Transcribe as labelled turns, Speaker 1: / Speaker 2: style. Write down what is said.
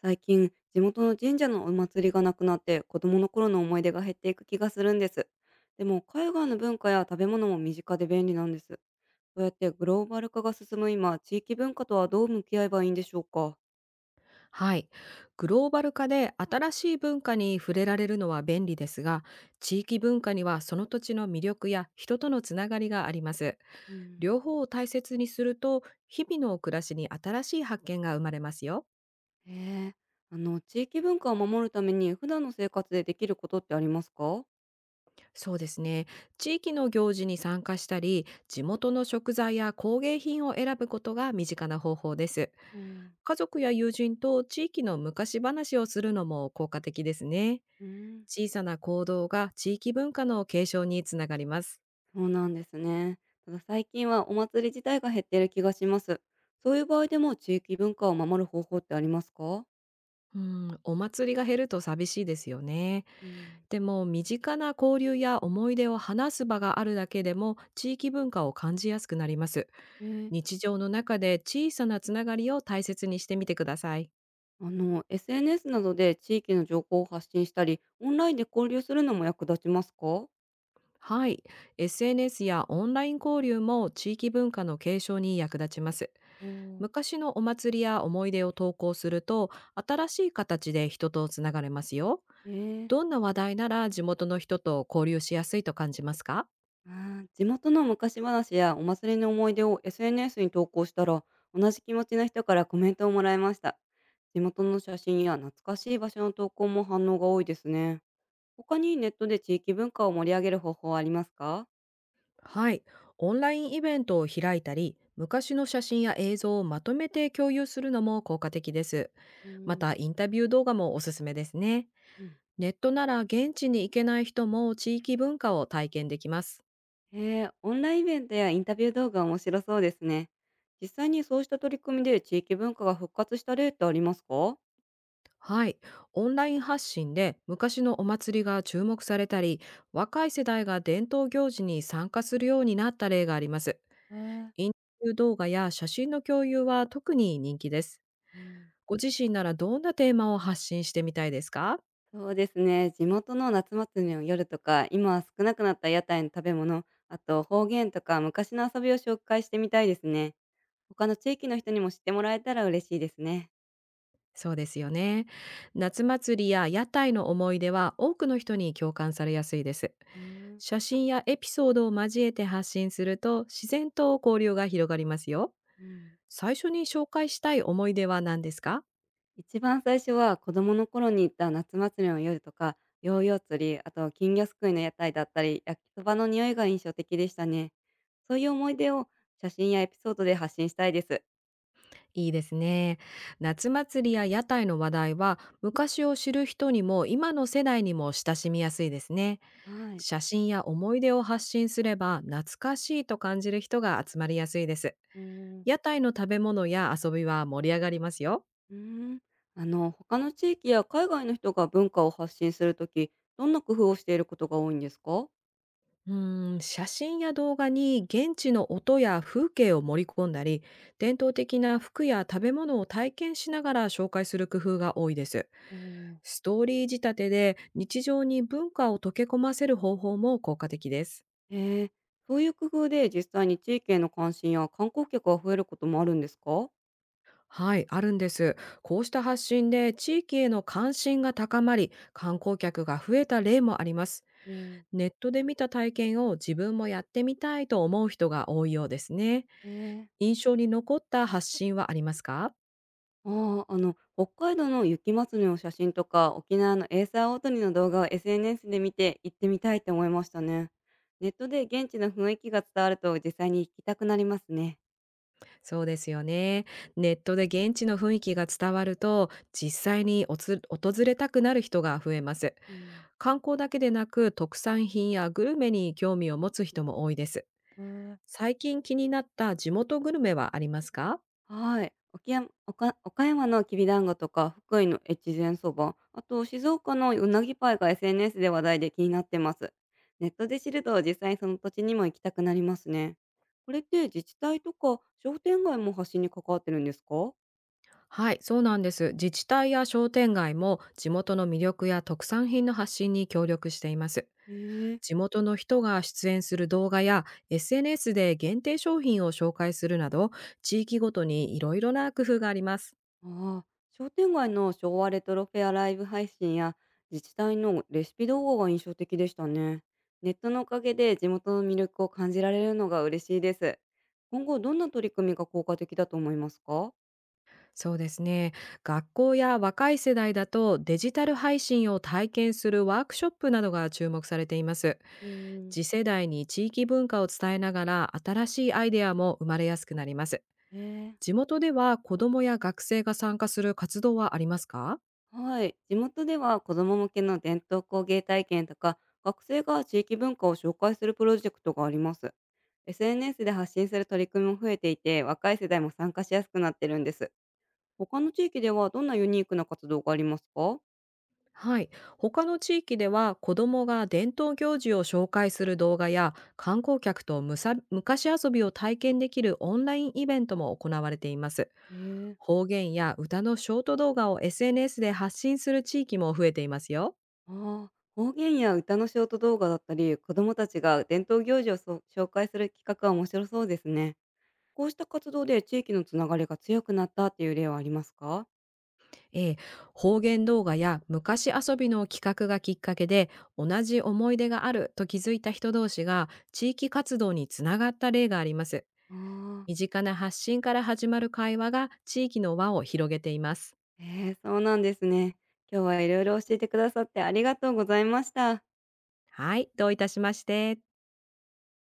Speaker 1: 最近、地元の神社のお祭りがなくなって子供の頃の思い出が減っていく気がするんです。でも、海外の文化や食べ物も身近で便利なんです。そうやってグローバル化が進む今、地域文化とはどう向き合えばいいんでしょうか？
Speaker 2: はい。グローバル化で新しい文化に触れられるのは便利ですが、地域文化にはその土地の魅力や人とのつながりがあります。
Speaker 1: うん。
Speaker 2: 両方を大切にすると、日々の暮らしに新しい発見が生まれますよ。
Speaker 1: へえ。地域文化を守るために普段の生活でできることってありますか？
Speaker 2: そうですね。地域の行事に参加したり、地元の食材や工芸品を選ぶことが身近な方法です。
Speaker 1: うん。
Speaker 2: 家族や友人と地域の昔話をするのも効果的ですね。
Speaker 1: うん。
Speaker 2: 小さな行動が地域文化の継承につながります。
Speaker 1: そうなんですね。ただ最近はお祭り自体が減っている気がします。そういう場合でも地域文化を守る方法ってありますか？
Speaker 2: うん、お祭りが減ると寂しいですよね。
Speaker 1: うん。
Speaker 2: でも身近な交流や思い出を話す場があるだけでも地域文化を感じやすくなります。
Speaker 1: ねえ。
Speaker 2: 日常の中で小さなつながりを大切にしてみてください。
Speaker 1: SNS などで地域の情報を発信したり、オンラインで交流するのも役立ちますか？
Speaker 2: はい。SNS やオンライン交流も地域文化の継承に役立ちます。
Speaker 1: おー。
Speaker 2: 昔のお祭りや思い出を投稿すると新しい形で人とつながれますよ。
Speaker 1: ええ。
Speaker 2: どんな話題なら地元の人と交流しやすいと感じますか？
Speaker 1: あ地元の昔話やお祭りの思い出を SNS に投稿したら、同じ気持ちの人からコメントをもらいました。地元の写真や懐かしい場所の投稿も反応が多いですね。他にネットで地域文化を盛り上げる方法はありますか？
Speaker 2: はい。オンラインイベントを開いたり、昔の写真や映像をまとめて共有するのも効果的です。
Speaker 1: う
Speaker 2: ま
Speaker 1: ん、
Speaker 2: た、インタビュー動画もおすすめですね。
Speaker 1: うん。
Speaker 2: ネットなら現地に行けない人も地域文化を体験できます。
Speaker 1: へえ、オンラインイベントやインタビュー動画面白そうですね。実際にそうした取り組みで地域文化が復活した例ってありますか？
Speaker 2: はい。オンライン発信で昔のお祭りが注目されたり、若い世代が伝統行事に参加するようになった例があります。
Speaker 1: へえ。
Speaker 2: インタビュー動画や写真の共有は特に人気です。
Speaker 1: うん。
Speaker 2: ご自身ならどんなテーマを発信してみたいですか？
Speaker 1: そうですね。地元の夏祭りの夜とか、今は少なくなった屋台の食べ物、あと方言とか昔の遊びを紹介してみたいですね。他の地域の人にも知ってもらえたら嬉しいですね。
Speaker 2: そうですよね。夏祭りや屋台の思い出は多くの人に共感されやすいです。
Speaker 1: うん。
Speaker 2: 写真やエピソードを交えて発信すると自然と交流が広がりますよ。
Speaker 1: うん。
Speaker 2: 最初に紹介したい思い出は何ですか？
Speaker 1: 一番最初は子供の頃に行った夏祭りの夜とか、ヨーヨー釣り、あと金魚すくいの屋台だったり、焼きそばの匂いが印象的でしたね。そういう思い出を写真やエピソードで発信したいです。
Speaker 2: いいですね。夏祭りや屋台の話題は昔を知る人にも今の世代にも親しみやすいですね。
Speaker 1: はい。
Speaker 2: 写真や思い出を発信すれば懐かしいと感じる人が集まりやすいです。
Speaker 1: うーん。
Speaker 2: 屋台の食べ物や遊びは盛り上がりますよ。
Speaker 1: うーん。他の地域や海外の人が文化を発信するとき、どんな工夫をしていることが多いんですか？
Speaker 2: うーん、写真や動画に現地の音や風景を盛り込んだり、伝統的な服や食べ物を体験しながら紹介する工夫が多いです。
Speaker 1: うん。
Speaker 2: ストーリー仕立てで日常に文化を溶け込ませる方法も効果的です。
Speaker 1: へえ。そういう工夫で実際に地域への関心や観光客が増えることもあるんですか？
Speaker 2: はい、あるんです。こうした発信で地域への関心が高まり、観光客が増えた例もあります。
Speaker 1: うん。
Speaker 2: ネットで見た体験を自分もやってみたいと思う人が多いようですね。
Speaker 1: へえ。
Speaker 2: 印象に残った発信はありますか？
Speaker 1: ああ、北海道の雪まつりの写真とか、沖縄のエーサーオートニの動画を SNS で見て行ってみたいって思いましたね。ネットで現地の雰囲気が伝わると実際に行きたくなりますね。
Speaker 2: そうですよね。ネットで現地の雰囲気が伝わると、実際におつ訪れたくなる人が増えます。
Speaker 1: うん。
Speaker 2: 観光だけでなく、特産品やグルメに興味を持つ人も多いです。
Speaker 1: へえ。
Speaker 2: 最近気になった地元グルメはありますか？
Speaker 1: はい。沖山岡岡山のきびだんごとか、福井の越前そば、あと静岡のうなぎパイが SNS で話題で気になってます。ネットで知ると実際その土地にも行きたくなりますね。これって自治体とか商店街も発信に関わってるんですか？
Speaker 2: はい、そうなんです。自治体や商店街も地元の魅力や特産品の発信に協力しています。
Speaker 1: へえ。
Speaker 2: 地元の人が出演する動画や SNS で限定商品を紹介するなど、地域ごとにいろいろな工夫があります。
Speaker 1: ああ、商店街の昭和レトロフェアライブ配信や自治体のレシピ動画が印象的でしたね。ネットのおかげで地元の魅力を感じられるのが嬉しいです。今後どんな取り組みが効果的だと思いますか？
Speaker 2: そうですね。学校や若い世代だとデジタル配信を体験するワークショップなどが注目されています。
Speaker 1: うーん。
Speaker 2: 次世代に地域文化を伝えながら新しいアイデアも生まれやすくなります。
Speaker 1: ええ。
Speaker 2: 地元では子どもや学生が参加する活動はありますか？
Speaker 1: はい。地元では子供向けの伝統工芸体験とか学生が地域文化を紹介するプロジェクトがあります。SNS で発信する取り組みも増えていて若い世代も参加しやすくなってるんです。他の地域ではどんなユニークな活動がありますか？
Speaker 2: はい。他の地域では子どもが伝統行事を紹介する動画や観光客とむさ昔遊びを体験できるオンラインイベントも行われています。
Speaker 1: えー。
Speaker 2: 方言や歌のショート動画を SNS で発信する地域も増えていますよ。
Speaker 1: ああ、方言や歌のショート動画だったり、子どもたちが伝統行事をそう紹介する企画は面白そうですね。こうした活動で地域のつながりが強くなったっていう例はありますか？
Speaker 2: えー方言動画や昔遊びの企画がきっかけで同じ思い出があると気づいた人同士が地域活動につながった例があります。
Speaker 1: ああ。
Speaker 2: 身近な発信から始まる会話が地域の輪を広げています。
Speaker 1: そうなんですね。今日はいろいろ教えてくださってありがとうございました。
Speaker 2: はい、どういたしまして。